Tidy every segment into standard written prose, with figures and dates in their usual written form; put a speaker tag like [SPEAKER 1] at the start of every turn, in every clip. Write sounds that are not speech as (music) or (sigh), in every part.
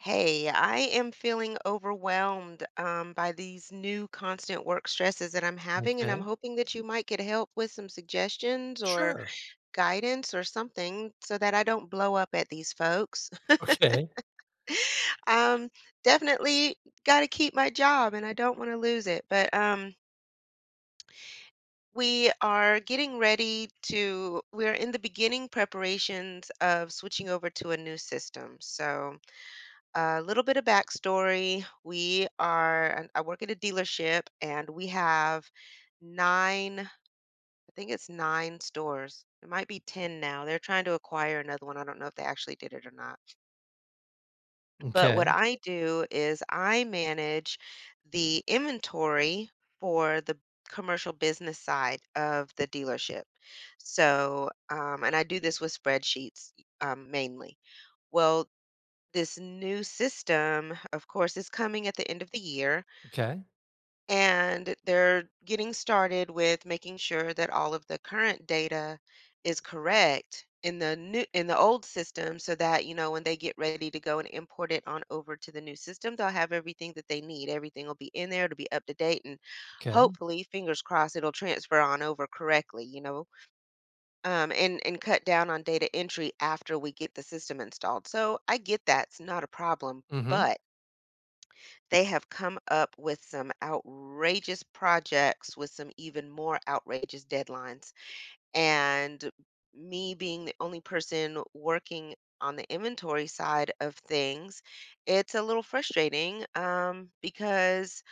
[SPEAKER 1] Hey, I am feeling overwhelmed by these new constant work stresses that I'm having, and I'm
[SPEAKER 2] Okay.
[SPEAKER 1] hoping that you might get help with some suggestions or
[SPEAKER 2] Sure.
[SPEAKER 1] guidance or something so that I don't blow up at these folks. (laughs)
[SPEAKER 2] Okay.
[SPEAKER 1] Um, definitely got to keep my job, and I don't want to lose it. But we are getting ready to, we're in the beginning preparations of switching over to a new system. So a little bit of backstory. We are, I work at a dealership and we have nine, I think it's nine stores. It might be 10 now. They're trying to acquire another one. I don't know if they actually did it or not. But what
[SPEAKER 2] Okay.
[SPEAKER 1] I do is I manage the inventory for the commercial business side of the dealership. So, and I do this with spreadsheets mainly. Well, this new system, of course, is coming at the end of the year,
[SPEAKER 2] Okay.
[SPEAKER 1] and they're getting started with making sure that all of the current data is correct in the new in the old system so that you know when they get ready to go and import it on over to the new system they'll have everything that they need, everything will be in there to be up to date, and
[SPEAKER 2] Okay.
[SPEAKER 1] hopefully, fingers crossed, it'll transfer on over correctly, you know, and cut down on data entry after we get the system installed. So I get that's not a problem,
[SPEAKER 2] Mhm.
[SPEAKER 1] but they have come up with some outrageous projects with some even more outrageous deadlines. And me being the only person working on the inventory side of things, it's a little frustrating because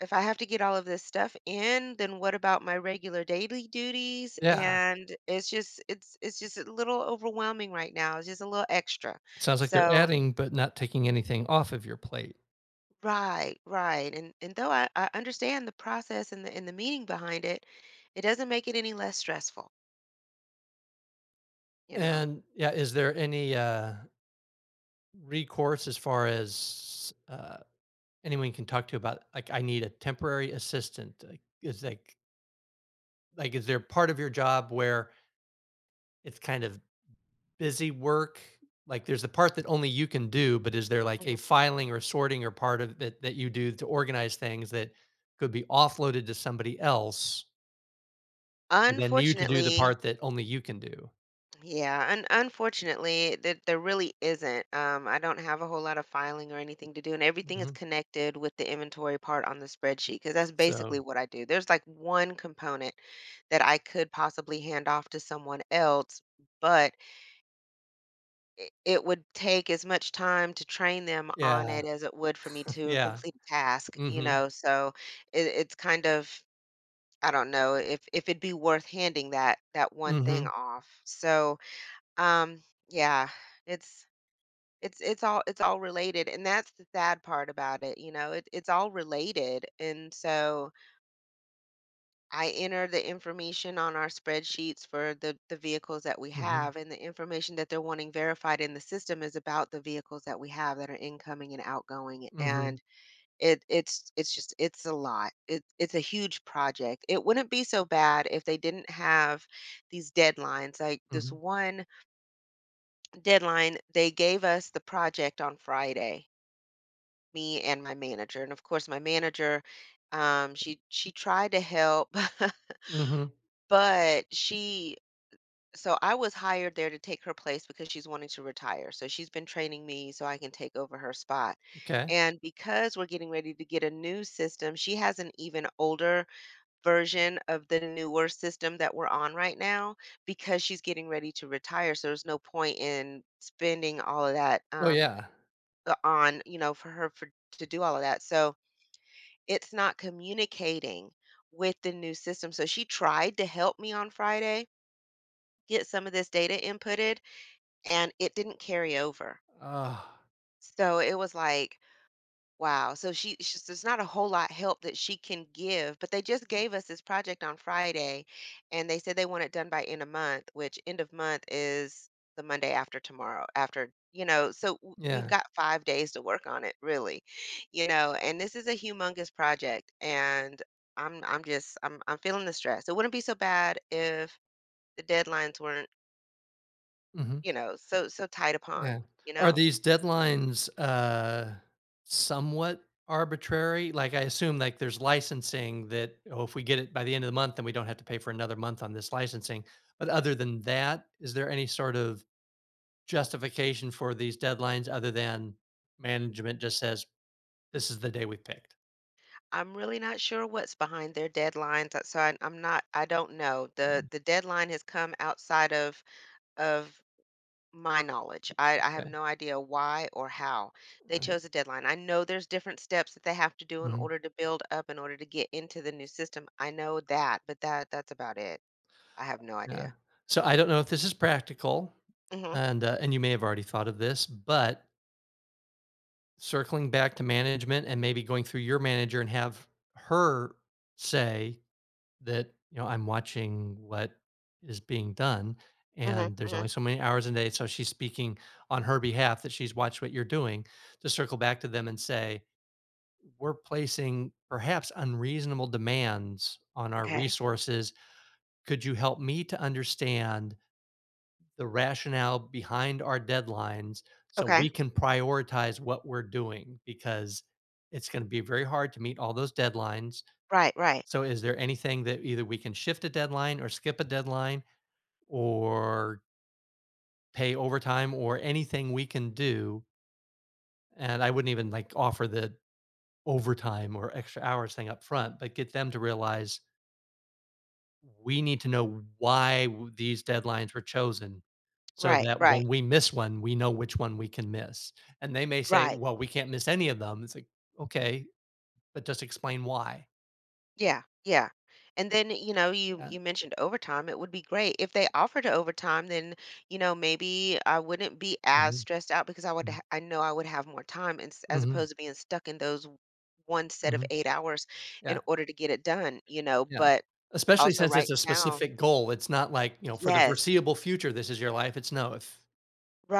[SPEAKER 1] if I have to get all of this stuff in, then what about my regular daily duties?
[SPEAKER 2] Yeah.
[SPEAKER 1] And it's just it's just a little overwhelming right now. It's just a little extra.
[SPEAKER 2] Sounds like they're
[SPEAKER 1] So
[SPEAKER 2] adding, but not taking anything off of your plate.
[SPEAKER 1] right, right. And though I understand the process and the meaning behind it, it doesn't make it any less stressful, you know.
[SPEAKER 2] And yeah, is there any recourse as far as anyone you can talk to about like I need a temporary assistant? Like, is there part of your job where it's kind of busy work? Like there's the part that only you can do, but is there like a
[SPEAKER 1] Mhm.
[SPEAKER 2] filing or sorting or part of that that you do to organize things that could be offloaded to somebody else for then you to do the
[SPEAKER 1] Unfortunately,
[SPEAKER 2] part that only you can do?
[SPEAKER 1] yeah, un unfortunately, that there really isn't. I don't have a whole lot of filing or anything to do, and everything is
[SPEAKER 2] Mhm.
[SPEAKER 1] connected with the inventory part on the spreadsheet because that's basically
[SPEAKER 2] So,
[SPEAKER 1] what I do. There's like one component that I could possibly hand off to someone else, but it would take as much time to train them on
[SPEAKER 2] yeah,
[SPEAKER 1] it as it would for me
[SPEAKER 2] (laughs)
[SPEAKER 1] to
[SPEAKER 2] yeah.
[SPEAKER 1] complete a task, you
[SPEAKER 2] Mhm.
[SPEAKER 1] know? So it's kind of, I don't know if it'd be worth handing that one thing
[SPEAKER 2] Mhm.
[SPEAKER 1] off. So um yeah, it's it's all, it's all related, and that's the sad part about it, you know. It's all related. And so I enter the information on our spreadsheets for the vehicles that we
[SPEAKER 2] Mhm.
[SPEAKER 1] have, and the information that they're wanting verified in the system is about the vehicles that we have that are incoming and outgoing.
[SPEAKER 2] Mhm.
[SPEAKER 1] And it's just, it's a lot. It's a huge project. It wouldn't be so bad if they didn't have these deadlines. Like this
[SPEAKER 2] Mhm.
[SPEAKER 1] one deadline, they gave us the project on Friday, me and my manager. And of course, my manager, she tried to help. (laughs)
[SPEAKER 2] Mhm.
[SPEAKER 1] But she, so I was hired there to take her place because she's wanting to retire. So she's been training me so I can take over her spot.
[SPEAKER 2] Okay.
[SPEAKER 1] And because we're getting ready to get a new system, she has an even older version of the newer system that we're on right now because she's getting ready to retire. So there's no point in spending all of that
[SPEAKER 2] Oh, yeah.
[SPEAKER 1] on, you know, for her for, to do all of that. So it's not communicating with the new system. So she tried to help me on Friday get some of this data inputted, and it didn't carry over.
[SPEAKER 2] Ah,
[SPEAKER 1] So it was like, wow. So she's there's not a whole lot help that she can give, but they just gave us this project on Friday, and they said they want it done by end of month, which end of month is the Monday after tomorrow. After, you know, so we've
[SPEAKER 2] yeah.
[SPEAKER 1] got 5 days to work on it, really, you know. And this is a humongous project, and I'm just I'm feeling the stress. It wouldn't be so bad if the deadlines weren't,
[SPEAKER 2] Mhm.
[SPEAKER 1] you know, so so tight upon,
[SPEAKER 2] Yeah.
[SPEAKER 1] you
[SPEAKER 2] Are
[SPEAKER 1] know.
[SPEAKER 2] these deadlines, somewhat arbitrary? Like, I assume, like, there's licensing that, "Oh, if we get it by the end of the month, then we don't have to pay for another month on this licensing." But other than that, is there any sort of justification for these deadlines other than management just says, "This is the day we picked"?
[SPEAKER 1] I'm really not sure what's behind their deadlines, so I'm not, I don't know. The
[SPEAKER 2] Mm,
[SPEAKER 1] the deadline has come outside of my knowledge. I have
[SPEAKER 2] yeah,
[SPEAKER 1] no idea why or how they
[SPEAKER 2] yeah.
[SPEAKER 1] chose a deadline. I know there's different steps that they have to do in
[SPEAKER 2] Mhm,
[SPEAKER 1] order to build up, in order to get into the new system. I know that, but that's about it. I have no
[SPEAKER 2] yeah.
[SPEAKER 1] idea.
[SPEAKER 2] So, I don't know if this is practical,
[SPEAKER 1] Mhm.
[SPEAKER 2] and you may have already thought of this, but circling back to management and maybe going through your manager and have her say that, you know, "I'm watching what is being done,
[SPEAKER 1] Mhm.
[SPEAKER 2] and there's only
[SPEAKER 1] Mhm.
[SPEAKER 2] so many hours in a day," so she's speaking on her behalf that she's watched what you're doing, to circle back to them and say, "We're placing perhaps unreasonable demands on our
[SPEAKER 1] Okay.
[SPEAKER 2] resources. Could you help me to understand the rationale behind our deadlines so
[SPEAKER 1] Okay.
[SPEAKER 2] we can prioritize what we're doing because it's going to be very hard to meet all those deadlines.
[SPEAKER 1] Right, right.
[SPEAKER 2] So, is there anything that either we can shift a deadline or skip a deadline or pay overtime or anything we can do? And I wouldn't even like offer the overtime or extra hours thing up front, but get them to realize we need to know why these deadlines were chosen so
[SPEAKER 1] Right,
[SPEAKER 2] that
[SPEAKER 1] right.
[SPEAKER 2] when we miss one, we know which one we can miss. And they may say,
[SPEAKER 1] Right.
[SPEAKER 2] well, we can't miss any of them. It's like, okay, but just explain why.
[SPEAKER 1] Yeah, yeah. And then, you know, you
[SPEAKER 2] Yeah.
[SPEAKER 1] you mentioned overtime. It would be great if they offered to overtime, then, you know, maybe I wouldn't be as
[SPEAKER 2] Hmm.
[SPEAKER 1] stressed out because I would I know I would have more time as
[SPEAKER 2] Hmm.
[SPEAKER 1] opposed to being stuck in those one set of
[SPEAKER 2] Hmm.
[SPEAKER 1] 8 hours in
[SPEAKER 2] Yeah.
[SPEAKER 1] order to get it done, you know,
[SPEAKER 2] Yeah.
[SPEAKER 1] but
[SPEAKER 2] Especially
[SPEAKER 1] also
[SPEAKER 2] since
[SPEAKER 1] right
[SPEAKER 2] it's a
[SPEAKER 1] now.
[SPEAKER 2] specific goal. It's not like, you know, for the
[SPEAKER 1] Yes.
[SPEAKER 2] foreseeable future, this is your life. It's no, if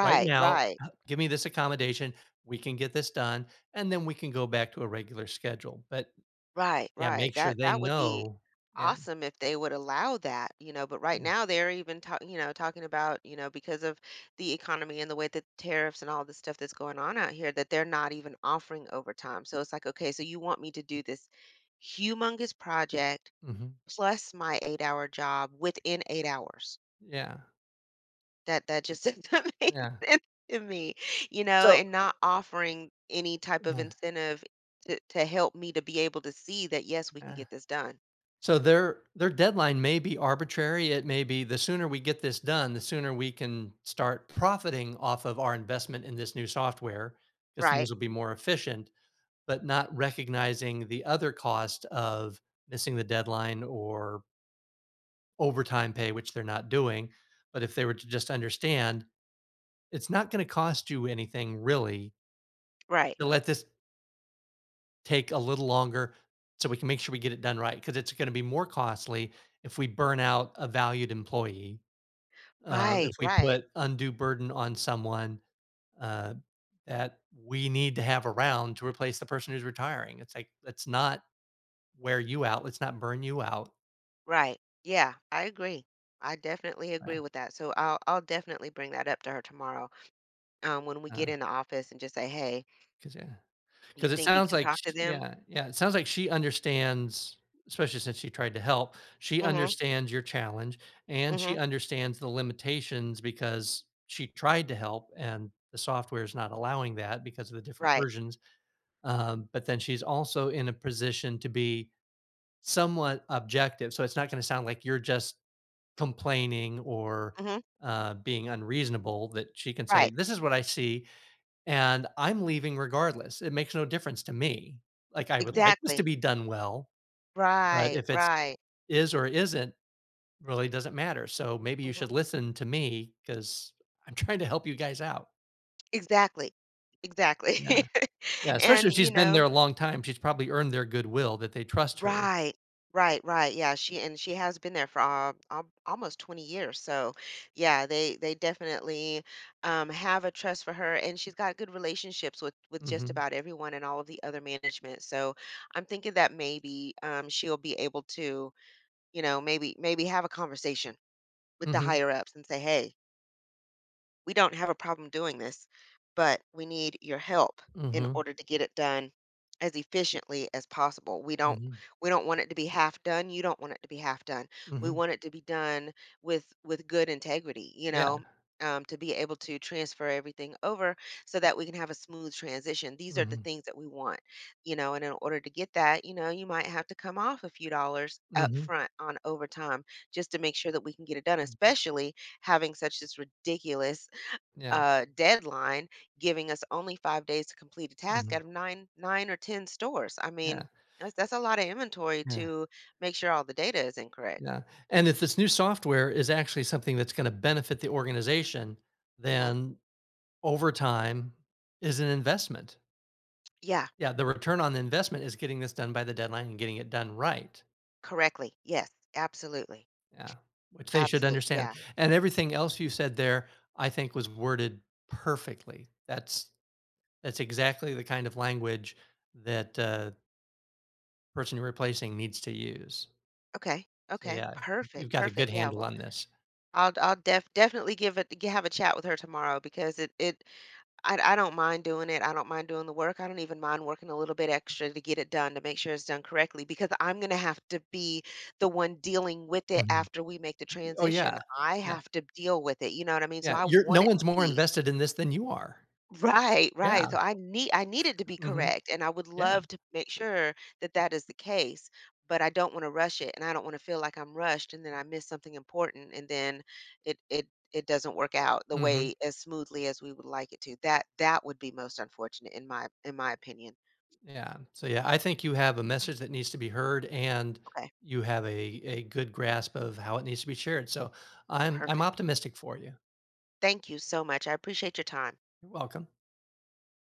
[SPEAKER 2] right now,
[SPEAKER 1] right.
[SPEAKER 2] give me this accommodation, we can get this done, and then we can go back to a regular schedule. But
[SPEAKER 1] Right,
[SPEAKER 2] yeah,
[SPEAKER 1] right.
[SPEAKER 2] make sure
[SPEAKER 1] That
[SPEAKER 2] they
[SPEAKER 1] that would be
[SPEAKER 2] know. Yeah.
[SPEAKER 1] awesome if they would allow that, you know, but right now they're even talking, you know, talking about, you know, because of the economy and the way that tariffs and all the stuff that's going on out here, that they're not even offering overtime. So it's like, okay, so you want me to do this humongous project
[SPEAKER 2] Mhm.
[SPEAKER 1] plus my 8-hour job within 8 hours.
[SPEAKER 2] Yeah.
[SPEAKER 1] That that just (laughs) doesn't make
[SPEAKER 2] Yeah.
[SPEAKER 1] sense to me, you know,
[SPEAKER 2] So
[SPEAKER 1] and not offering any type of
[SPEAKER 2] yeah,
[SPEAKER 1] incentive to help me to be able to see that yes, we can
[SPEAKER 2] yeah.
[SPEAKER 1] get this done.
[SPEAKER 2] So their deadline may be arbitrary. It may be the sooner we get this done, the sooner we can start profiting off of our investment in this new software because
[SPEAKER 1] Right.
[SPEAKER 2] things will be more efficient, but not recognizing the other cost of missing the deadline or overtime pay, which they're not doing. But if they were to just understand, it's not going to cost you anything really
[SPEAKER 1] Right.
[SPEAKER 2] to let this take a little longer so we can make sure we get it done right because it's going to be more costly if we burn out a valued employee, if
[SPEAKER 1] Right,
[SPEAKER 2] we
[SPEAKER 1] right,
[SPEAKER 2] put undue burden on someone uh, that we need to have around to replace the person who's retiring. It's like, let's not wear you out. Let's not burn you out.
[SPEAKER 1] right. Yeah, I agree. I definitely agree with that. So I'll definitely bring that up to her tomorrow, when we get in the office and just say, "Hey,
[SPEAKER 2] Because,
[SPEAKER 1] you
[SPEAKER 2] Because it
[SPEAKER 1] think you
[SPEAKER 2] sounds
[SPEAKER 1] can
[SPEAKER 2] like
[SPEAKER 1] talk to
[SPEAKER 2] sh
[SPEAKER 1] them?"
[SPEAKER 2] yeah, yeah, it sounds like she understands, especially since she tried to help, she
[SPEAKER 1] Mm mhm.
[SPEAKER 2] understands your challenge,
[SPEAKER 1] Mm
[SPEAKER 2] and she
[SPEAKER 1] mhm.
[SPEAKER 2] understands the limitations because she tried to help, and the software is not allowing that because of the different
[SPEAKER 1] Right.
[SPEAKER 2] versions, but then she's also in a position to be somewhat objective, so it's not gonna sound like you're just complaining or,
[SPEAKER 1] Mm mhm.
[SPEAKER 2] being unreasonable that she can say,
[SPEAKER 1] Right.
[SPEAKER 2] "This is what I see. And I'm leaving regardless. It makes no difference to me. Like, I would like this to
[SPEAKER 1] Exactly.
[SPEAKER 2] be done well, but
[SPEAKER 1] Right,
[SPEAKER 2] if it's
[SPEAKER 1] right.
[SPEAKER 2] is or isn't really doesn't matter. So maybe
[SPEAKER 1] Mm
[SPEAKER 2] you
[SPEAKER 1] mhm.
[SPEAKER 2] should listen to me because I'm trying to help you guys out.
[SPEAKER 1] Exactly. Exactly.
[SPEAKER 2] Yeah.
[SPEAKER 1] (laughs)
[SPEAKER 2] Yeah. Especially if
[SPEAKER 1] And, you
[SPEAKER 2] she's been there
[SPEAKER 1] know,
[SPEAKER 2] a long time. She's probably earned their goodwill that they trust her.
[SPEAKER 1] right. Right, right. Yeah, she, and she has been there for almost 20 years. So, yeah, they definitely have a trust for her, and she's got good relationships with just
[SPEAKER 2] Mhm.
[SPEAKER 1] about everyone and all of the other management. So, I'm thinking that maybe she'll be able to, you know, maybe have a conversation with the
[SPEAKER 2] Mhm.
[SPEAKER 1] higher ups and say, "Hey, we don't have a problem doing this, but we need your help in
[SPEAKER 2] Mhm.
[SPEAKER 1] order to get it done as efficiently as possible.
[SPEAKER 2] Mhm.
[SPEAKER 1] We don't want it to be half done. You don't want it to be half done. We
[SPEAKER 2] Mhm.
[SPEAKER 1] want it to be done with good integrity, you
[SPEAKER 2] Yeah.
[SPEAKER 1] know, to be able to transfer everything over so that we can have a smooth transition. These are the
[SPEAKER 2] Mhm.
[SPEAKER 1] things that we want, you know, and in order to get that, you know, you might have to come off a few dollars up
[SPEAKER 2] Mhm.
[SPEAKER 1] front on overtime just to make sure that we can get it done,
[SPEAKER 2] Mhm.
[SPEAKER 1] especially having such this ridiculous
[SPEAKER 2] Yeah.
[SPEAKER 1] deadline, giving us only 5 days to complete a task out
[SPEAKER 2] Mhm.
[SPEAKER 1] of 9 9 or 10 stores. I
[SPEAKER 2] Yeah.
[SPEAKER 1] mean, that's a lot of inventory
[SPEAKER 2] Yeah.
[SPEAKER 1] to make sure all the data is incorrect."
[SPEAKER 2] Yeah. And if this new software is actually something that's going to benefit the organization,
[SPEAKER 1] Hmm.
[SPEAKER 2] then over time is an investment.
[SPEAKER 1] Yeah,
[SPEAKER 2] Yeah. The return on the investment is getting this done by the deadline and getting it done right.
[SPEAKER 1] correctly. Yes, absolutely.
[SPEAKER 2] Yeah. Which they should
[SPEAKER 1] Absolutely.
[SPEAKER 2] understand.
[SPEAKER 1] Yeah.
[SPEAKER 2] And everything else you said there, I think was worded perfectly. That's exactly the kind of language that person you're replacing needs to use.
[SPEAKER 1] Okay.
[SPEAKER 2] So
[SPEAKER 1] Okay.
[SPEAKER 2] yeah, you've
[SPEAKER 1] Perfect.
[SPEAKER 2] got a good
[SPEAKER 1] Perfect. Yeah.
[SPEAKER 2] handle
[SPEAKER 1] Well,
[SPEAKER 2] on this.
[SPEAKER 1] I'll def definitely give it, have a chat with her tomorrow because it I don't mind doing it. I don't mind doing the work. I don't even mind working a little bit extra to get it done to make sure it's done correctly because I'm going to have to be the one dealing with it
[SPEAKER 2] Mhm.
[SPEAKER 1] after we make the
[SPEAKER 2] Oh
[SPEAKER 1] transition.
[SPEAKER 2] yeah.
[SPEAKER 1] I have to deal with it. You know what I mean? So
[SPEAKER 2] Yeah,
[SPEAKER 1] I
[SPEAKER 2] you're
[SPEAKER 1] want
[SPEAKER 2] no
[SPEAKER 1] it
[SPEAKER 2] one's
[SPEAKER 1] to
[SPEAKER 2] more
[SPEAKER 1] be
[SPEAKER 2] invested in this than you are.
[SPEAKER 1] right,
[SPEAKER 2] Yeah,
[SPEAKER 1] right. So I need it to be
[SPEAKER 2] mhm,
[SPEAKER 1] correct, and I would
[SPEAKER 2] yeah,
[SPEAKER 1] love to make sure that that is the case, but I don't want to rush it, and I don't want to feel like I'm rushed, and then I miss something important, and then it it it doesn't work out the
[SPEAKER 2] mhm,
[SPEAKER 1] way as smoothly as we would like it to. That that would be most unfortunate in my opinion.
[SPEAKER 2] yeah. So, yeah, I think you have a message that needs to be heard, and
[SPEAKER 1] Okay,
[SPEAKER 2] you have a good grasp of how it needs to be shared, so I'm
[SPEAKER 1] perfect.
[SPEAKER 2] optimistic for you.
[SPEAKER 1] Thank you so much. I appreciate your time.
[SPEAKER 2] You're welcome.